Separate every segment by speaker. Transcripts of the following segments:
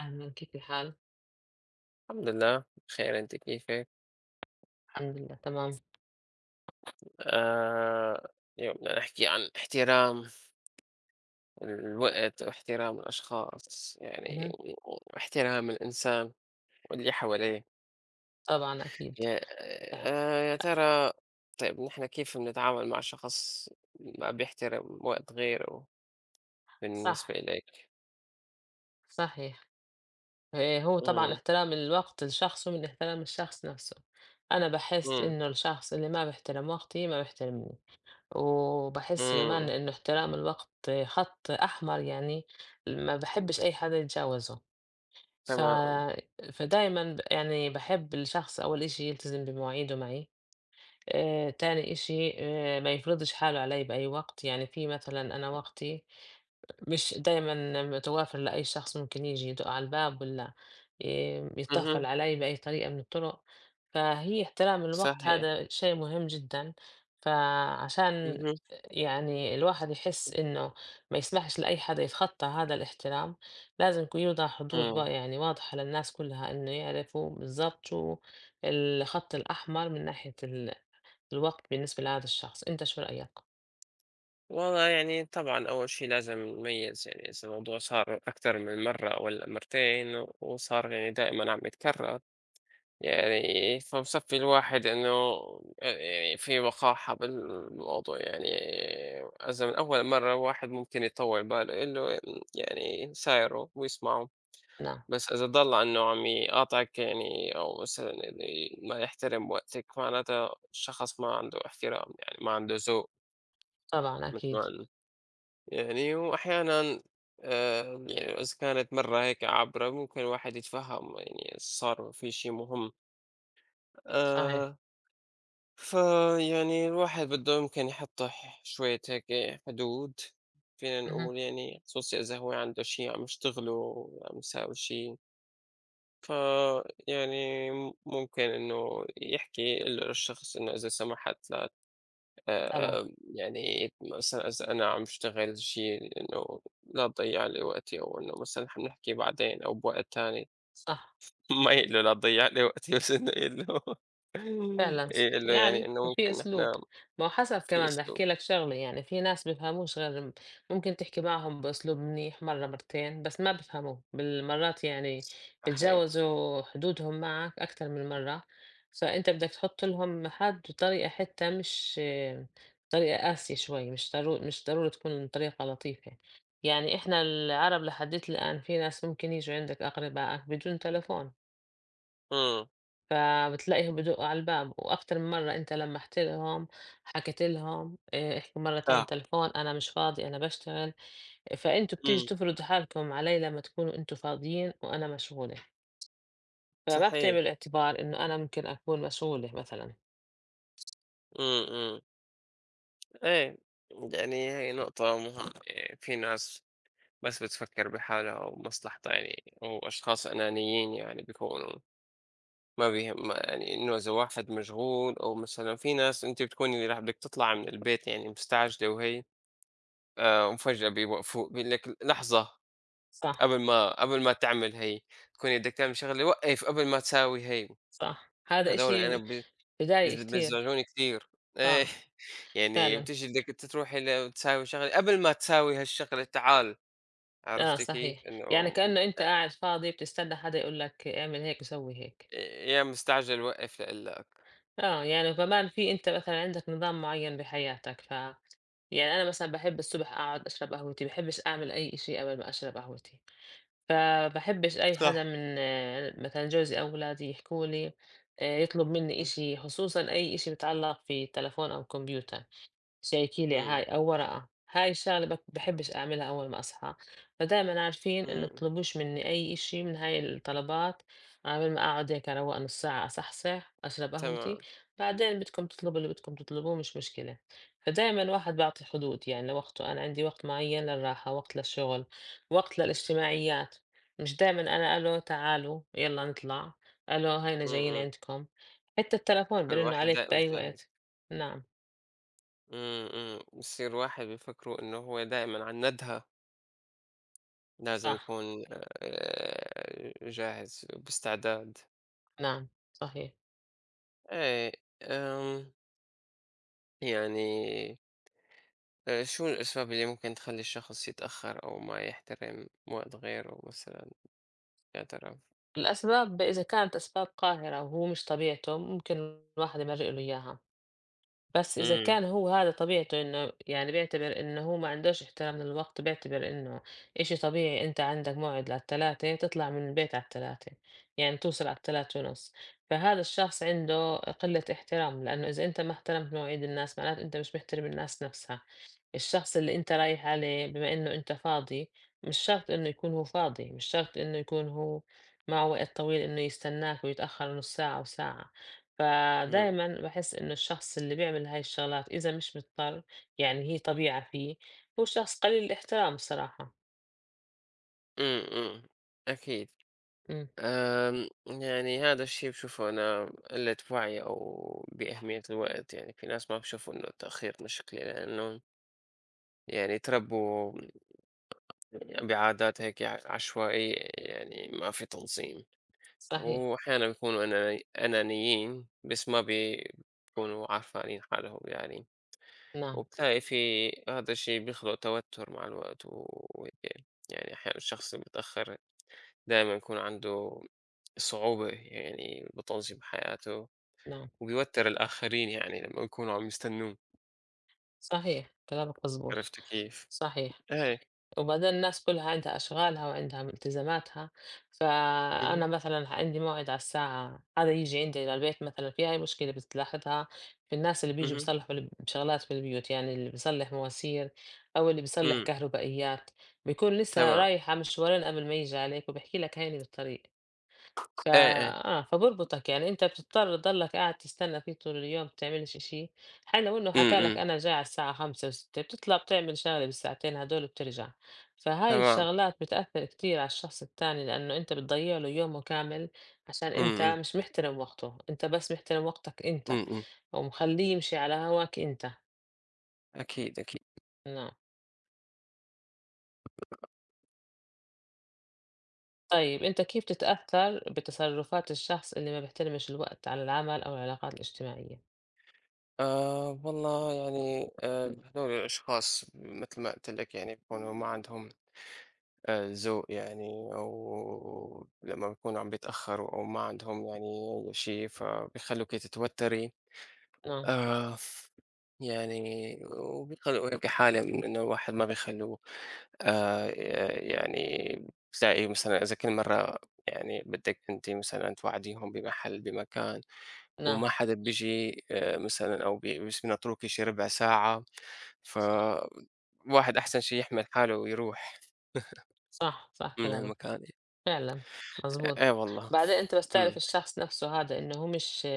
Speaker 1: أهلًا كيف الحال؟
Speaker 2: الحمد لله بخير، أنت كيفك؟
Speaker 1: الحمد لله تمام.
Speaker 2: آه. اليوم بدنا نحكي عن احترام الوقت واحترام الأشخاص يعني
Speaker 1: اهم،
Speaker 2: واحترام الإنسان واللي حواليه.
Speaker 1: طبعًا أكيد.
Speaker 2: يا,
Speaker 1: آه،
Speaker 2: يا ترى طيب نحن كيف بنتعامل مع شخص ما بيحترم وقت غيره بالنسبة
Speaker 1: صح،
Speaker 2: إليك؟
Speaker 1: صحيح. هو طبعًا
Speaker 2: امم.
Speaker 1: احترام الوقت لشخصه من احترام الشخص نفسه. أنا باحس
Speaker 2: امم.
Speaker 1: إنه الشخص اللي ما بيحترم وقتي ما بيحترمني، وباحس كمان
Speaker 2: امم.
Speaker 1: إنه احترام الوقت خط أحمر يعني ما باحبش أي حدا يتجاوزه. ف
Speaker 2: تمام.
Speaker 1: فدايمًا يعني باحب الشخص أول إشي يلتزم بمواعيده معي. تاني إشي ما يفرضش حاله علي بأي وقت، يعني في مثلًا أنا وقتي مش دايمًا متوافر لأي شخص ممكن ييجي يدق على الباب والّا يتطفل
Speaker 2: اها.
Speaker 1: علي بأي طريقة من الطرق، فهي احترام الوقت
Speaker 2: صحيح.
Speaker 1: هذا شيء مهم جدًا، فعشان
Speaker 2: اها.
Speaker 1: يعني الواحد يحس إنه ما يسمحش لأي حدا يتخطى هذا الاحترام، لازم يكون يوضع حدود يعني واضحة للناس كلها إنه يعرفوا بالضبط شو الخط الأحمر من ناحية الوقت بالنسبة لهذا الشخص، أنت شو رأيك؟
Speaker 2: والله يعني طبعًا أول شي لازم نميّز يعني إذا الموضوع صار أكتر من مرّة والّا مرتين وصار يعني دائمًا عم يتكرّر، يعني فبصفّي الواحد إنه يعني في وقاحة بالموضوع، يعني إذا من أول مرّة الواحد ممكن يطوّل باله يقول له يعني يسايره ويسمعه،
Speaker 1: نعم،
Speaker 2: بس إذا ضل إنه عم يقاطعك يعني أو مثلًا ما يحترم وقتك معناتها الشخص ما عنده احترام يعني ما عنده ذوق.
Speaker 1: طبعًا
Speaker 2: مثل
Speaker 1: أكيد،
Speaker 2: ما يعني وأحيانًا آآ يعني إذا كانت مرّة هيك عابرة ممكن الواحد يتفهّم يعني صار في شي مهم.
Speaker 1: صحيح،
Speaker 2: آآ فيعني الواحد بده يمكن يحط شوية هيك حدود، فينا
Speaker 1: اهم،
Speaker 2: نقول يعني خصوصي إذا هو عنده شي عم يشتغله، عم يساوي شي، فيعني ممكن إنه يحكي يقول للشخص إنه إذا سمحت لا
Speaker 1: طبعًا،
Speaker 2: آآ يعني مثلًا إذا أنا عم اشتغل شي إنه لا تضيّع لي وقتي أو إنه مثلًا حنحكي بعدين أو بوقت تاني.
Speaker 1: صح.
Speaker 2: ما يقول له لا تضيّع لي وقتي بس إنه يقول له
Speaker 1: فعلًا،
Speaker 2: يقول له يعني
Speaker 1: يعني
Speaker 2: إنه
Speaker 1: وفي
Speaker 2: ممكن
Speaker 1: أسلوب،
Speaker 2: نحن
Speaker 1: ما هو حسب
Speaker 2: في
Speaker 1: كمان بدي
Speaker 2: أسلوب.
Speaker 1: أحكي لك شغلة يعني في ناس بيفهموش غير ممكن تحكي معهم بأسلوب منيح مرّة مرتين بس ما بيفهموه، بالمرات يعني
Speaker 2: صحيح،
Speaker 1: بيتجاوزوا حدودهم معك أكتر من مرّة، فأنت بدك تحط لهم حد بطريقة حتى مش طريقة قاسية شوي، مش ضروري تكون طريقة لطيفة، يعني إحنا العرب لحديت الآن في ناس ممكن ييجوا عندك أقربائك بدون تليفون.
Speaker 2: إمم،
Speaker 1: فبتلاقيهم بدقوا على الباب وأكتر من مرة أنت لمّحت لهم، حكيت لهم احكوا مرة تانية
Speaker 2: صح،
Speaker 1: تليفون أنا مش فاضي أنا باشتغل، فأنتم بتيجوا
Speaker 2: إمم،
Speaker 1: تفرضوا حالكم علي لمّا تكونوا أنتم فاضيين وأنا مشغولة، فما
Speaker 2: صحيح،
Speaker 1: بتعملوا اعتبار إنه أنا ممكن أكون مشغولة مثلًا،
Speaker 2: إمم، إمم، إيه. يعني هي نقطة مهمة يعني في ناس بس بتفكّر بحالها ومصلحتها يعني، وأشخاص أنانيين يعني بيكونوا. ما بيهم ما يعني إنه إذا واحد مشغول أو مثلًا في ناس أنتِ بتكوني اللي راح بدِك تطلعي من البيت يعني مستعجلة وهي وفجأة بيوقفوك بيقول لِك لحظة
Speaker 1: صح،
Speaker 2: قبل ما تعمل هي، تكوني بدِك تعملي شغلة وقّف قبل ما تساوي هي.
Speaker 1: صح، هذا
Speaker 2: هادول أنا
Speaker 1: إشي
Speaker 2: ب
Speaker 1: بضايق
Speaker 2: بيز
Speaker 1: كتير،
Speaker 2: بيزعجوني كتير. إيه.
Speaker 1: صعب
Speaker 2: يعني
Speaker 1: فعلًا،
Speaker 2: بتيجي بدِك أنتِ تروحي تساوي شغلة قبل ما تساوي هالشغلة تعال،
Speaker 1: آه
Speaker 2: عرفتِ كيف؟
Speaker 1: صحيح،
Speaker 2: إنه
Speaker 1: يعني كأنه
Speaker 2: أ
Speaker 1: أنت قاعد فاضي بتستنى حدا يقول لك اعمل هيك وسوي هيك.
Speaker 2: يا مستعجل وقّف لأقول لك.
Speaker 1: يعني كمان في أنت مثلًا عندك نظام معيّن بحياتك، ف يعني أنا مثلًا باحب الصبح أقعد أشرب قهوتي، ما باحبش أعمل أي إشي قبل ما أشرب قهوتي، فباحبش أي حدا
Speaker 2: صح.
Speaker 1: من مثلًا جوزي أو ولادي يحكوا لي يطلب منّي
Speaker 2: إمم،
Speaker 1: إشي، خصوصًا أي إشي بيتعلّق في تليفون أو كمبيوتر. شيكي لي هاي
Speaker 2: إمم،
Speaker 1: أو ورقة هاي الشغلة بحبش أعملها أول ما أصحى فدايما عارفين إنه
Speaker 2: إمم،
Speaker 1: تطلبوش مني أي إشي من هاي الطلبات قبل ما أقعد هيك أروق نص ساعة أصحصح أشرب قهوتي
Speaker 2: تمام،
Speaker 1: بعدين بدكم تطلبوا اللي بدكم تطلبوه مش مشكلة فدايما الواحد بعطي حدود يعني لوقته أنا عندي وقت معين للراحة وقت للشغل وقت للاجتماعيات مش دايما أنا ألو تعالوا يلا نطلع ألو هينا
Speaker 2: إمم،
Speaker 1: جايين
Speaker 2: إمم.
Speaker 1: عندكم حتى التلفون برنوا
Speaker 2: الواحد
Speaker 1: عليك
Speaker 2: دائمًا
Speaker 1: بأي
Speaker 2: جاهز.
Speaker 1: وقت نعم
Speaker 2: إمم، إمم. بيصير الواحد بيفكّروا إنه هو دائمًا على الندهة لازم
Speaker 1: صح
Speaker 2: يكون جاهز باستعداد.
Speaker 1: نعم، صحيح.
Speaker 2: إيه. آمم يعني شو الأسباب اللي ممكن تخلّي الشخص يتأخّر أو ما يحترم وقت غيره مثلًا يا ترى؟
Speaker 1: الأسباب إذا كانت أسباب قاهرة وهو مش طبيعته، ممكن الواحد يمرّق له إياها. بس إذا
Speaker 2: إمم،
Speaker 1: كان هو هذا طبيعته إنه يعني بيعتبر إنه هو ما عندوش احترام للوقت بيعتبر إنه إشي طبيعي أنت عندك موعد للثلاثة تطلع من البيت على الثلاثة يعني توصل على الثلاثة ونص فهذا الشخص عنده قلة احترام لأنه إذا أنت ما احترمت مواعيد الناس معناته أنت مش محترم الناس نفسها الشخص اللي أنت رايح عليه بما إنه أنت فاضي مش شرط إنه يكون هو فاضي مش شرط إنه يكون هو معه وقت طويل إنه يستناك ويتأخر نص ساعة وساعة
Speaker 2: إمم،
Speaker 1: فدايمًا باحس إنه الشخص اللي بيعمل هاي الشغلات إذا مش مضطر، يعني هي طبيعة فيه، هو شخص قليل الاحترام الصراحة.
Speaker 2: إمم، إمم. أكيد.
Speaker 1: إمم،
Speaker 2: يعني هذا الشي باشوفه أنا قِلّة وعي أو بأهمية الوقت، يعني في ناس ما بيشوفوا إنه التأخير مشكلة لإنه يعني تربوا بعادات هيك عشوائية يعني ما في تنظيم،
Speaker 1: صحيح،
Speaker 2: وأحيانًا بيكونوا أنانيين بس ما بي بيكونوا عارفانين حالهم يعني،
Speaker 1: نعم،
Speaker 2: وبتلاقي في هذا الشيء بيخلق توتر مع الوقت وهيك يعني أحيانًا الشخص المتأخر دايمًا يكون عنده صعوبة يعني بتنظيم حياته،
Speaker 1: نعم،
Speaker 2: وبيوتر الآخرين يعني لمّا يكونوا عم يستنوه،
Speaker 1: صحيح، كلامك مضبوط،
Speaker 2: عرفت كيف؟
Speaker 1: صحيح.
Speaker 2: إيه،
Speaker 1: وبعدين الناس كلها عندها أشغالها وعندها التزاماتها،
Speaker 2: اهم،
Speaker 1: فأنا مثلًا عندي موعد على الساعة هذا ييجي عندي للبيت مثلًا، في هاي مشكلة بتلاحظها في الناس اللي بييجوا
Speaker 2: اهم،
Speaker 1: بيصلحوا شغلات في البيوت، يعني اللي بيصلح مواسير أو اللي بيصلح
Speaker 2: إمم،
Speaker 1: كهربائيات، بيكون لسه
Speaker 2: تمام،
Speaker 1: رايح على مشوارين قبل ما ييجي عليك وبيحكي لك هيني بالطريق. ف
Speaker 2: إيه، إيه،
Speaker 1: آه، فبيربطك يعني أنت بتضطر تضلّك قاعد تستنى فيه طول اليوم، ما بتعملش شي، حتى لو إنه
Speaker 2: إمم،
Speaker 1: حكى لك
Speaker 2: إمم.
Speaker 1: أنا جاي على الساعة 17:00 و18:00 بتطلع بتعمل شغلة بالساعتين هدول وبترجع، فهاي
Speaker 2: تمام،
Speaker 1: الشغلات بتأثّر كتير على الشخص التاني لإنه أنت بتضيّع له يومه كامل عشان
Speaker 2: إمم،
Speaker 1: أنت
Speaker 2: إمم،
Speaker 1: مش محترم وقته، أنت بس محترم وقتك أنت،
Speaker 2: إمم، إمم،
Speaker 1: ومخلّيه يمشي على هواك أنت،
Speaker 2: أكيد، أكيد.
Speaker 1: نعم. طيب أنت كيف تتأثّر بتصرفات الشخص اللي ما بيحترمش الوقت على العمل أو العلاقات الاجتماعية؟
Speaker 2: والله يعني هذول الأشخاص مثل ما قُلت لك يعني بيكونوا ما عندهم ذوق يعني أو لمّا بيكونوا عم بيتأخّروا أو ما عندهم يعني أي شي، فبيخلّوكِ تتوتّري.
Speaker 1: نعم،
Speaker 2: آه، يعني وبيخلّوه هيك حالة من إنه الواحد ما بيخلّوه آآ يعني بتلاقي مثلًا إذا كل مرّة يعني بدّك أنتِ مثلًا توعديهم بمحل، بمكان
Speaker 1: نعم،
Speaker 2: وما حدا بييجي مثلًا أو بي بس بينطّروكِ شي ربع ساعة،
Speaker 1: صح.
Speaker 2: فالواحد أحسن شي يحمل حاله ويروح
Speaker 1: صح، صح
Speaker 2: من
Speaker 1: كلامك،
Speaker 2: المكان.
Speaker 1: فعلًا
Speaker 2: إيه
Speaker 1: مضبوط.
Speaker 2: والله.
Speaker 1: بعدين أنت بس
Speaker 2: إمم،
Speaker 1: تعرف الشخص نفسه هذا إنه هو مش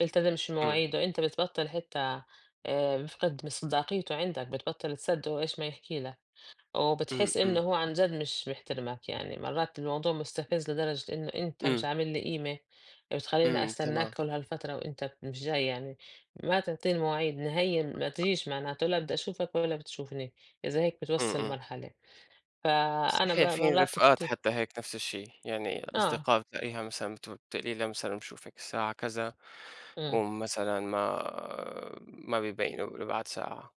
Speaker 1: بيلتزمش
Speaker 2: إمم،
Speaker 1: بمواعيده، أنت بتبطّل حتى بيفقد من صداقيته عندك، بتبطّل تصدقه إيش ما يحكي لك،
Speaker 2: إمم،
Speaker 1: وبتحس إنه
Speaker 2: إمم،
Speaker 1: هو عن جد مش محترمك، يعني مرّات الموضوع مستفز لدرجة إنه أنت مش
Speaker 2: إمم،
Speaker 1: عامل لي قيمة، بتخلّيني
Speaker 2: إمم، تمام.
Speaker 1: أستناك كل هالفترة وأنت مش جاي يعني، ما تعطيني مواعيد نهائيًا ما تجيش معناته، لا بدي أشوفك ولا بتشوفني، إذا هيك
Speaker 2: إمم،
Speaker 1: بتوصّل
Speaker 2: إمم.
Speaker 1: لمرحلة. فأنا
Speaker 2: صحيح
Speaker 1: ب
Speaker 2: في
Speaker 1: مرّات
Speaker 2: رفقات
Speaker 1: كت
Speaker 2: حتى هيك نفس الشيء، يعني
Speaker 1: آه،
Speaker 2: أصدقاء بتلاقيها مثلًا بتقلي لها مثلًا بشوفك الساعة كذا،
Speaker 1: إمم،
Speaker 2: ومثلًا ما بيبينوا بيقولوا بعد ساعة.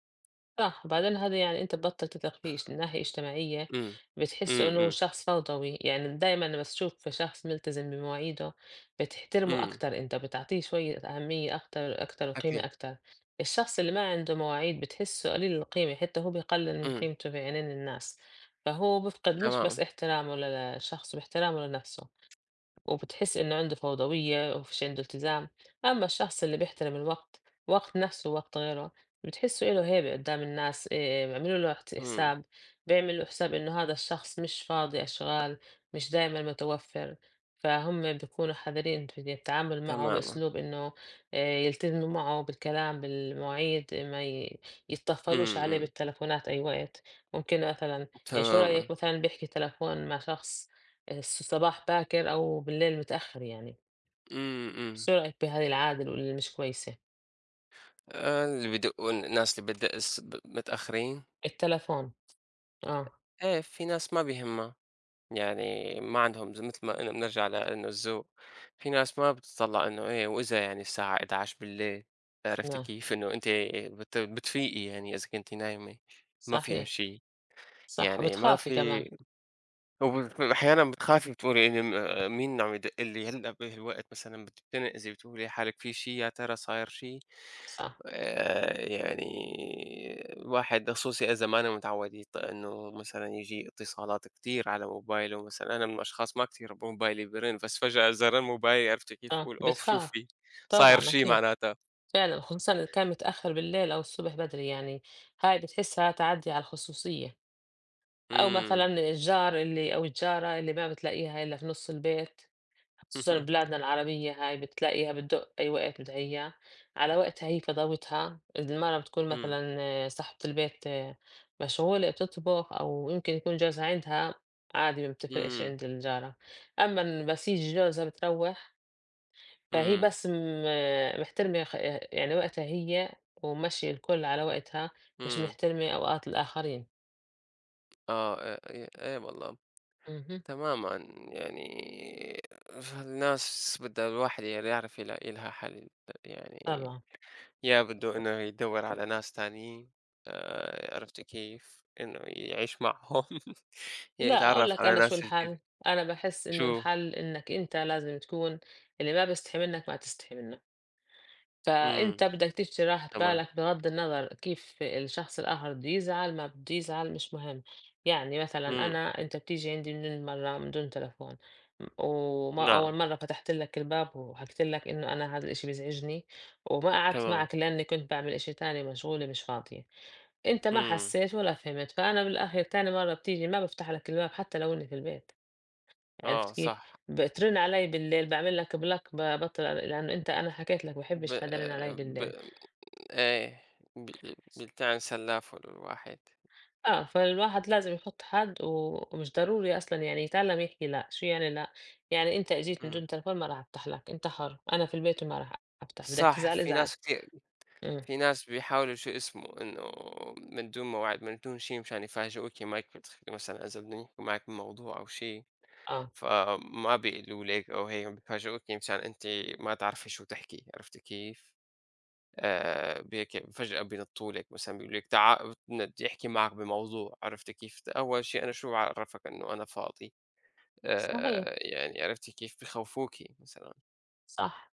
Speaker 1: صح، وبعدين هذا يعني أنت تبطّل تثق فيه من ناحية اجتماعية،
Speaker 2: إمم،
Speaker 1: بتحس
Speaker 2: إمم،
Speaker 1: إنه
Speaker 2: إمم،
Speaker 1: شخص فوضوي، يعني دايمًا لمّا تشوف شخص ملتزم بمواعيده بتحترمه
Speaker 2: إمم،
Speaker 1: أكتر أنت، بتعطيه شوية أهمية أكتر أكتر وقيمة
Speaker 2: أكيد،
Speaker 1: أكتر، الشخص اللي ما عنده مواعيد بتحسه قليل القيمة، حتى هو بيقلل من
Speaker 2: إمم،
Speaker 1: قيمته في عينين الناس، فهو بيفقد مش بس
Speaker 2: تمام،
Speaker 1: احترامه للشخص، باحترامه لنفسه. وبتحس إنه عنده فوضوية ومفيش عنده التزام أما الشخص اللي بيحترم الوقت وقت نفسه ووقت غيره بتحسه إله هيبة قدام الناس إيه، بيعملوا له
Speaker 2: إمم،
Speaker 1: حساب بيعملوا له حساب إنه هذا الشخص مش فاضي أشغال مش دايما متوفر فهم بيكونوا حذرين في التعامل معه
Speaker 2: تمامًا،
Speaker 1: بأسلوب إنه إيه، يلتزموا معه بالكلام بالمواعيد ما ي- يتطفلوش
Speaker 2: إمم،
Speaker 1: عليه
Speaker 2: إمم،
Speaker 1: بالتلفونات أي وقت ممكن مثلا يعني شو
Speaker 2: تمامًا،
Speaker 1: رأيك مثلا بيحكي تلفون مع شخص صباح باكر أو بالليل متأخّر يعني،
Speaker 2: إمم، إمم.
Speaker 1: سُرعت بهذه العادة مش كويسة،
Speaker 2: اللي بدقوا الناس اللي بتدق الص ب متأخرين.
Speaker 1: التليفون، آه،
Speaker 2: إيه في ناس ما بيهمها. يعني ما عندهم زي مثل ما أنا بنرجع لإنه الذوق، في ناس ما بتطلّع إنه إيه وإذا يعني الساعة 23:00. عرفتِ
Speaker 1: نعم،
Speaker 2: كيف؟ إنه أنتِ بتفيقي يعني إذا كنتِ نايمة، ما في
Speaker 1: صحيح،
Speaker 2: هالشي،
Speaker 1: صح،
Speaker 2: يعني ما
Speaker 1: بتخافي
Speaker 2: في
Speaker 1: كمان،
Speaker 2: أحيانًا بتخافي بتقولي إني م مين عم يدق لي هلأ بهالوقت مثلًا بتنقزي بتقولي لحالِك في شي يا ترى صاير شي؟
Speaker 1: صح،
Speaker 2: يعني الواحد خصوصي إذا ما أنا متعود إنه مثلًا ييجي اتصالات كتير على موبايله مثلًا، أنا من الأشخاص ما كتير موبايلي بيرن، بس فجأة زرار موبايلي عرفتِ كيف
Speaker 1: آه،
Speaker 2: أقول أوف شو
Speaker 1: بتخاف،
Speaker 2: في، صاير
Speaker 1: طبعًا
Speaker 2: شي
Speaker 1: أكيد،
Speaker 2: معناتها.
Speaker 1: فعلًا خصوصًا إذا كان متأخّر بالليل أو الصبح بدري يعني، هاي بتحسّها تعدّي على الخصوصية،
Speaker 2: إمم،
Speaker 1: أو الجارة اللي ما بتلاقيها إلا في نُص البيت. خصوصًا ببلادنا العربية هاي بتلاقيها بتدق أي وقت بدها إياه، على وقتها هي فضاوتها، المرة بتكون
Speaker 2: إمم،
Speaker 1: مثلًا صاحبة البيت مشغولة بتطبخ أو يمكن يكون جوزها عندها، عادي ما بتفرقش
Speaker 2: إمم،
Speaker 1: عند الجارة، أمّا بس ييجي جوزها بتروّح فهي
Speaker 2: إمم،
Speaker 1: بس م آه، محترمة خ آه، يعني وقتها هي وماشية الكل على وقتها، مش
Speaker 2: إمم،
Speaker 1: محترمة أوقات الآخرين.
Speaker 2: آه، ي إيه والله.
Speaker 1: اهم،
Speaker 2: تمامًا. يعني فالناس بدها الواحد يعني يعرف يلاقي لها حل يعني
Speaker 1: طبعًا.
Speaker 2: يا بده إنه يدوّر على ناس تانيين عرفتِ كيف؟ إنه يعيش معهم،
Speaker 1: لأ، أقول
Speaker 2: يتعرّف
Speaker 1: لك
Speaker 2: على
Speaker 1: أنا شو
Speaker 2: ناس جديدة.
Speaker 1: الحل، أنا باحس إنه
Speaker 2: شو.
Speaker 1: الحل إنك أنت لازم تكون اللي ما بيستحي منك ما تستحي منه.
Speaker 2: إمم،
Speaker 1: فأنت بدك تشتري راحة
Speaker 2: تمام،
Speaker 1: بالك بغض النظر كيف الشخص الآخر بده يزعل ما بده يزعل مش مهم يعني مثلا
Speaker 2: إمم،
Speaker 1: أنا أنت بتيجي عندي من دون مرة من دون تلفون وأول
Speaker 2: نعم،
Speaker 1: مرة فتحت لك الباب وحكيت لك إنه أنا هذا الإشي بيزعجني وما قعدت
Speaker 2: تمام،
Speaker 1: معك لأني كنت بعمل إشي تاني مشغولة مش فاضية أنت ما
Speaker 2: إمم،
Speaker 1: حسيت ولا فهمت فأنا بالآخر تاني مرة بتيجي ما بفتح لك الباب حتى لو إني في البيت عرفت
Speaker 2: آه
Speaker 1: كيف؟
Speaker 2: صح،
Speaker 1: بترن عليّا بالليل، باعمل لك block بابطّل لإنه أنت أنا حكيت لك ما
Speaker 2: ب
Speaker 1: باحبش حدا يرن عليّا
Speaker 2: ب
Speaker 1: بالليل.
Speaker 2: إيه، ب بيلتعن سلّاف الواحد.
Speaker 1: آه، فالواحد لازم يحط حد ومش ضروري أصلًا يعني يتعلّم يحكي لأ، شو يعني لأ؟ يعني أنت إجيت من
Speaker 2: إمم،
Speaker 1: دون تليفون ما راح أفتح لك، أنت حُر، أنا في البيت وما راح أفتح، بدك
Speaker 2: صح
Speaker 1: تزعل
Speaker 2: في
Speaker 1: ازعل.
Speaker 2: ناس كتير،
Speaker 1: إمم،
Speaker 2: في ناس بيحاولوا شو اسمه، إنه من دون موعد، من دون شي مشان يفاجئوكِ ما يكفي مثلًا إذا بدهم يحكوا معك بموضوع أو شي.
Speaker 1: آه،
Speaker 2: فما بيقولوا لِك أو هيك بيفاجئوكِ يعني مشان أنتِ ما تعرفي شو تحكي، عرفتِ كيف؟ ب هيك فجأة بينطّوا لِك مثلًا بيقولوا لِك تعا بدي أحكي معك بموضوع، عرفتِ كيف؟ أول شي أنا شو عرّفك إنه أنا فاضي؟
Speaker 1: صحيح،
Speaker 2: يعني عرفتِ كيف؟ بخوّفوكِ مثلًا،
Speaker 1: صح.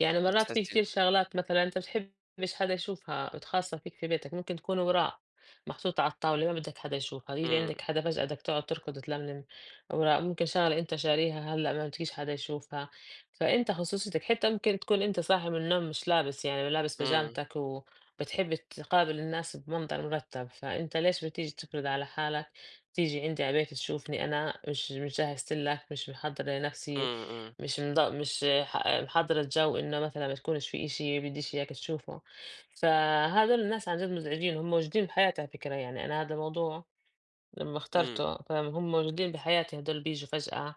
Speaker 1: يعني مرات في
Speaker 2: بتحسّي.
Speaker 1: كتير شغلات مثلًا أنت بتحبش حدا يشوفها خاصة فيك في بيتك، ممكن تكون وراق محطوطة على الطاولة ما بدك حدا يشوفها، ييجي
Speaker 2: إمم،
Speaker 1: عندك حدا فجأة بدك تقعد تركض وتلملم أوراق، ممكن شغلة أنت شاريها هلأ ما بدكيش حدا يشوفها، فأنت خصوصيتك حتى ممكن تكون أنت صاحي من النوم مش لابس يعني لابس
Speaker 2: إمم،
Speaker 1: بيجامتك وبتحب تقابل الناس بمنظر مرتب، فأنت ليش بتيجي تفرض على حالك تيجي عندي على البيت تشوفني أنا مش جهزت لك، مش محضرة لنفسي
Speaker 2: إمم، إمم،
Speaker 1: مش مض مش ح محضّرة الجَو إنه مثلًا ما تكونش في إشي بدّيش إياك تشوفه، فهاذول الناس عن جد مزعجين، هم موجودين بحياتي على فكرة يعني أنا هذا الموضوع لمّا
Speaker 2: إمم،
Speaker 1: اخترته فهم موجودين بحياتي هاذول بييجوا فجأة،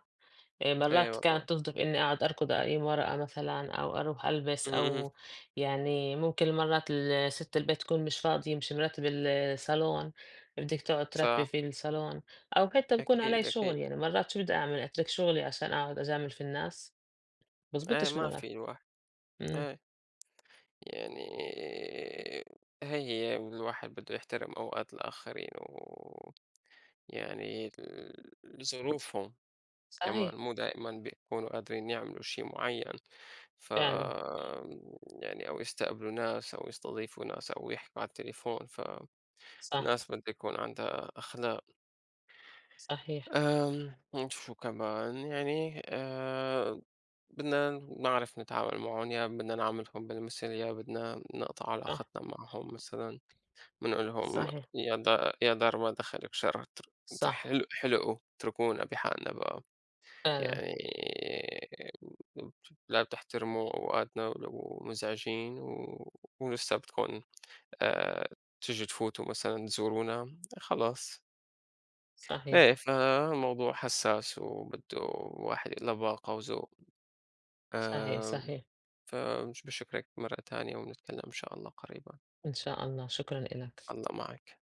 Speaker 2: إي
Speaker 1: مرّات
Speaker 2: والله،
Speaker 1: كانت تصدف إني أقعد أركض أقيم ورقة مثلًا أو أروح ألبس
Speaker 2: إمم، إمم،
Speaker 1: أو يعني ممكن مرّات سِت البيت تكون مش فاضية، مش مرتّبة الصالون، بدِّك تقعد ترتّبي
Speaker 2: صح،
Speaker 1: في الصالون أو حتى بكون علي
Speaker 2: أكيد، أكيد،
Speaker 1: شُغل، يعني مرّات شو بدي أعمل أترك شُغلي عشان أقعد أجامل في الناس؟ ما
Speaker 2: إيه
Speaker 1: ضبطتش
Speaker 2: ما
Speaker 1: الملعب،
Speaker 2: في الواحد.
Speaker 1: إمم،
Speaker 2: إيه. يعني هي والواحد بده يحترم أوقات الآخرين ويعني ظروفهم كمان
Speaker 1: صحيح
Speaker 2: مو دائما بيكونوا قادرين يعملوا شيء معين ف
Speaker 1: فعلًا،
Speaker 2: يعني أو يستقبلوا ناس أو يستضيفوا ناس أو يحكوا على التليفون فالناس
Speaker 1: صح،
Speaker 2: بدها يكون عندها أخلاق.
Speaker 1: صحيح،
Speaker 2: شو كمان يعني بدنا نعرف نتعامل معهم يا بدنا نعاملهم بالمثل يا بدنا نقطع
Speaker 1: صح،
Speaker 2: علاقتنا معهم مثلا بنقول لهم
Speaker 1: صحيح،
Speaker 2: يا دا يا دار ما دخلك شر انت
Speaker 1: صح،
Speaker 2: حلو حلقوا اتركونا بحالنا بقى.
Speaker 1: فعلًا،
Speaker 2: يعني لا بتحترموا اوقاتنا ولو مزعجين ولسه بتكون آه... تيجي تفوتوا مثلا تزورونا خلاص. ايه
Speaker 1: صحيح،
Speaker 2: فالموضوع حساس وبده واحد له باقة وذوق.
Speaker 1: صحيح،
Speaker 2: آه...
Speaker 1: صحيح،
Speaker 2: فبشكرك مرة تانية ونتكلم ان شاء الله قريبا.
Speaker 1: إن شاء الله، شكرًا إلك.
Speaker 2: الله معك.